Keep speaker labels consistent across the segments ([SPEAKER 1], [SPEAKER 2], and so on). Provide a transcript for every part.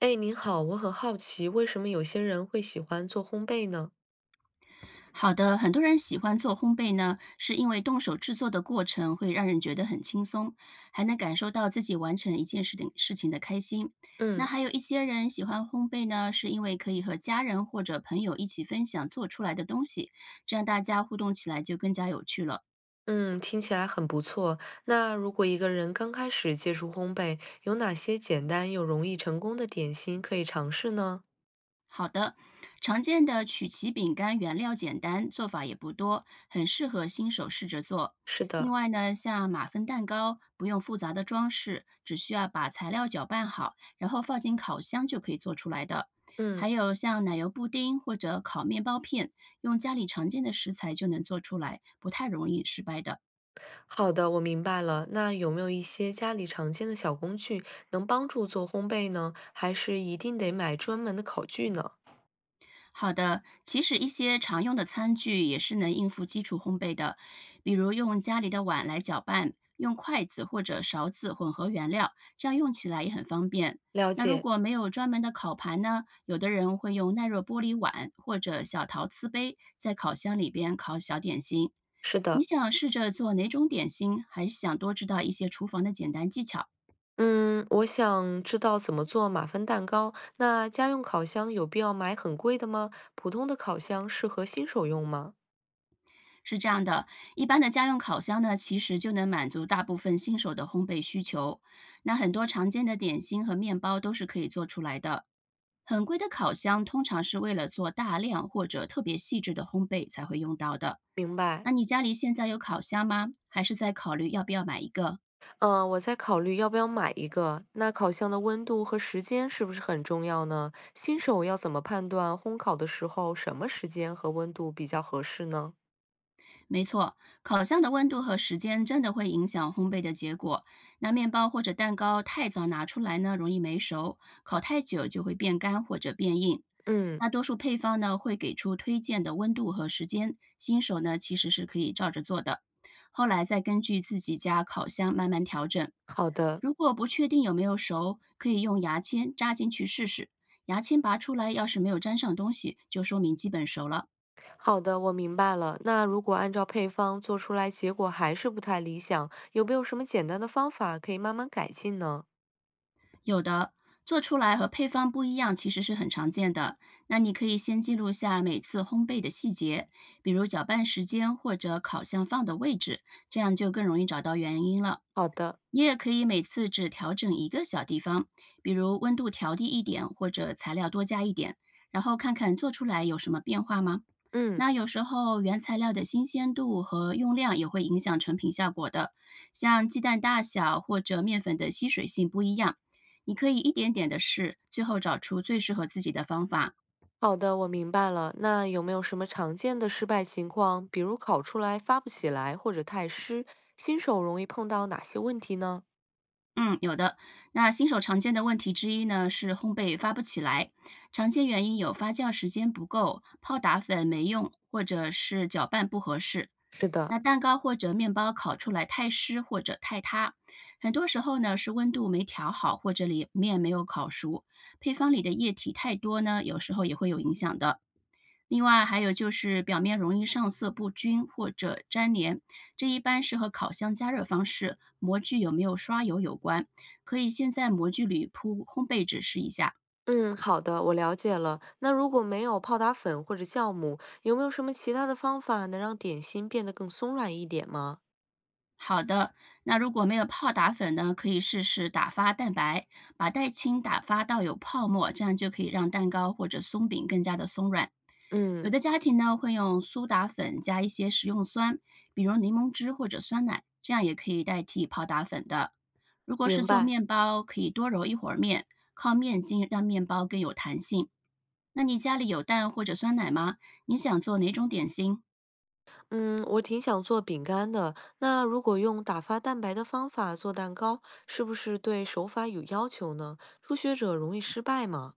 [SPEAKER 1] 哎，您好，我很好奇，为什么有些人会喜欢做烘焙呢？
[SPEAKER 2] 好的，很多人喜欢做烘焙呢，是因为动手制作的过程会让人觉得很轻松，还能感受到自己完成一件事情的开心。那
[SPEAKER 1] 嗯
[SPEAKER 2] 还有一些人喜欢烘焙呢，是因为可以和家人或者朋友一起分享做出来的东西，这样大家互动起来就更加有趣了。
[SPEAKER 1] 嗯，听起来很不错。那如果一个人刚开始接触烘焙，有哪些简单又容易成功的点心可以尝试呢？
[SPEAKER 2] 好的，常见的曲奇饼干原料简单，做法也不多，很适合新手试着做。
[SPEAKER 1] 是
[SPEAKER 2] 另
[SPEAKER 1] 的，
[SPEAKER 2] 外呢，像马芬蛋糕，不用复杂的装饰，只需要把材料搅拌好，然后放进烤箱就可以做出来的。还
[SPEAKER 1] 嗯，
[SPEAKER 2] 有像奶油布丁或者烤面包片，用家里常见的食材就能做出来，不太容易失败的。
[SPEAKER 1] 好的，我明白了。那有没有一些家里常见的小工具能帮助做烘焙呢？还是一定得买专门的烤具呢？
[SPEAKER 2] 好的，其实一些常用的餐具也是能应付基础烘焙的，比如用家里的碗来搅拌，用筷子或者勺子混合原料，这样用起来也很方便。
[SPEAKER 1] 了
[SPEAKER 2] 那如
[SPEAKER 1] 解，
[SPEAKER 2] 果没有专门的烤盘呢，有的人会用耐热玻璃碗或者小陶瓷杯，在烤箱里边烤小点心。
[SPEAKER 1] 是
[SPEAKER 2] 你
[SPEAKER 1] 的。
[SPEAKER 2] 想试着做哪种点心，还是想多知道一些厨房的简单技巧？
[SPEAKER 1] 嗯，我想知道怎么做马芬蛋糕。那家用烤箱有必要买很贵的吗？普通的烤箱适合新手用吗？
[SPEAKER 2] 是这样的，一般的家用烤箱呢，其实就能满足大部分新手的烘焙需求。那很多常见的点心和面包都是可以做出来的。很贵的烤箱通常是为了做大量或者特别细致的烘焙才会用到的。
[SPEAKER 1] 明白。
[SPEAKER 2] 那你家里现在有烤箱吗？还是在考虑要不要买一个？
[SPEAKER 1] 嗯，我在考虑要不要买一个。那烤箱的温度和时间是不是很重要呢？新手要怎么判断烘烤的时候什么时间和温度比较合适呢？
[SPEAKER 2] 没错，烤箱的温度和时间真的会影响烘焙的结果。那面包或者蛋糕太早拿出来呢，容易没熟；烤太久就会变干或者变硬。
[SPEAKER 1] 嗯，
[SPEAKER 2] 大多数配方呢会给出推荐的温度和时间，新手呢其实是可以照着做的，后来再根据自己家烤箱慢慢调整。
[SPEAKER 1] 好的，
[SPEAKER 2] 如果不确定有没有熟，可以用牙签扎进去试试，牙签拔出来要是没有粘上东西，就说明基本熟了。
[SPEAKER 1] 好的，我明白了。那如果按照配方做出来结果还是不太理想，有没有什么简单的方法可以慢慢改进呢？
[SPEAKER 2] 有的做出来和配方不一样，其实是很常见的。那你可以先记录下每次烘焙的细节，比如搅拌时间或者烤箱放的位置，这样就更容易找到原因了。
[SPEAKER 1] 好的。
[SPEAKER 2] 你也可以每次只调整一个小地方，比如温度调低一点，或者材料多加一点，然后看看做出来有什么变化吗？
[SPEAKER 1] 嗯，
[SPEAKER 2] 那有时候原材料的新鲜度和用量也会影响成品效果的，像鸡蛋大小或者面粉的吸水性不一样，你可以一点点的试，最后找出最适合自己的方法。
[SPEAKER 1] 好的，我明白了。那有没有什么常见的失败情况，比如烤出来发不起来或者太湿，新手容易碰到哪些问题呢？
[SPEAKER 2] 嗯，有的。那新手常见的问题之一呢，是烘焙发不起来。常见原因有发酵时间不够、泡打粉没用，或者是搅拌不合适。
[SPEAKER 1] 是的，
[SPEAKER 2] 那蛋糕或者面包烤出来太湿或者太塌，很多时候呢是温度没调好，或者里面没有烤熟，配方里的液体太多呢，有时候也会有影响的。另外还有就是表面容易上色不均或者粘连，这一般是和烤箱加热方式、模具有没有刷油有关。可以先在模具里铺烘焙纸试一下。
[SPEAKER 1] 嗯，好的，我了解了。那如果没有泡打粉或者酵母，有没有什么其他的方法能让点心变得更松软一点吗？
[SPEAKER 2] 好的，那如果没有泡打粉呢，可以试试打发蛋白，把蛋清打发到有泡沫，这样就可以让蛋糕或者松饼更加的松软。有
[SPEAKER 1] 嗯，
[SPEAKER 2] 的家庭呢会用苏打粉加一些食用酸，比如柠檬汁或者酸奶，这样也可以代替泡打粉的。如果是
[SPEAKER 1] 明
[SPEAKER 2] 做
[SPEAKER 1] 白。
[SPEAKER 2] 面包，可以多揉一会儿面，靠面筋让面包更有弹性。那你家里有蛋或者酸奶吗？你想做哪种点心？
[SPEAKER 1] 嗯，我挺想做饼干的。那如果用打发蛋白的方法做蛋糕，是不是对手法有要求呢？初学者容易失败吗？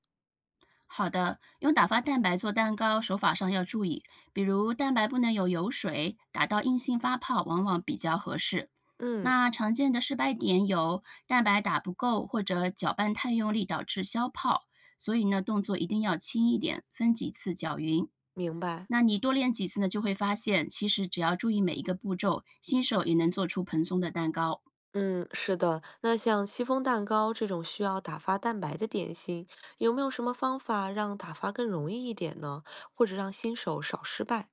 [SPEAKER 2] 好的，用打发蛋白做蛋糕，手法上要注意，比如蛋白不能有油水，打到硬性发泡往往比较合适。
[SPEAKER 1] 嗯。
[SPEAKER 2] 那常见的失败点有蛋白打不够或者搅拌太用力导致消泡，所以呢动作一定要轻一点，分几次搅匀。
[SPEAKER 1] 明白，
[SPEAKER 2] 那你多练几次呢，就会发现其实只要注意每一个步骤，新手也能做出蓬松的蛋糕。
[SPEAKER 1] 嗯，是的。那像戚风蛋糕这种需要打发蛋白的点心，有没有什么方法让打发更容易一点呢？或者让新手少失败？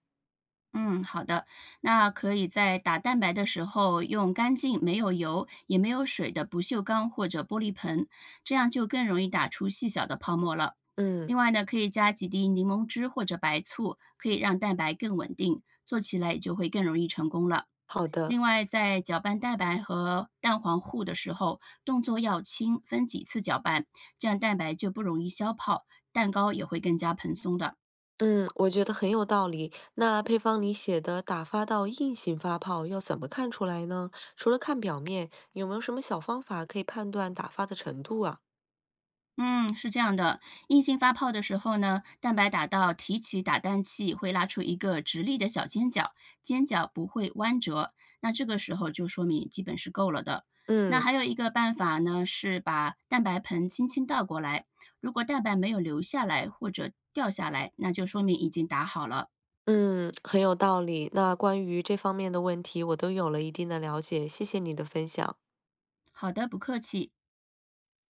[SPEAKER 2] 嗯，好的。那可以在打蛋白的时候用干净、没有油也没有水的不锈钢或者玻璃盆，这样就更容易打出细小的泡沫了。
[SPEAKER 1] 嗯，
[SPEAKER 2] 另外呢，可以加几滴柠檬汁或者白醋，可以让蛋白更稳定，做起来也就会更容易成功了。
[SPEAKER 1] 好的，
[SPEAKER 2] 另外，在搅拌蛋白和蛋黄糊的时候，动作要轻，分几次搅拌，这样蛋白就不容易消泡，蛋糕也会更加蓬松的。
[SPEAKER 1] 嗯，我觉得很有道理。那配方里写的打发到硬性发泡要怎么看出来呢？除了看表面，有没有什么小方法可以判断打发的程度啊？
[SPEAKER 2] 嗯，是这样的，硬性发泡的时候呢，蛋白打到提起打蛋器会拉出一个直立的小尖角，尖角不会弯折，那这个时候就说明基本是够了的。那
[SPEAKER 1] 嗯
[SPEAKER 2] 还有一个办法呢，是把蛋白盆轻轻倒过来，如果蛋白没有流下来或者掉下来，那就说明已经打好了。
[SPEAKER 1] 嗯，很有道理。那关于这方面的问题，我都有了一定的了解，谢谢你的分享。
[SPEAKER 2] 好的，不客气。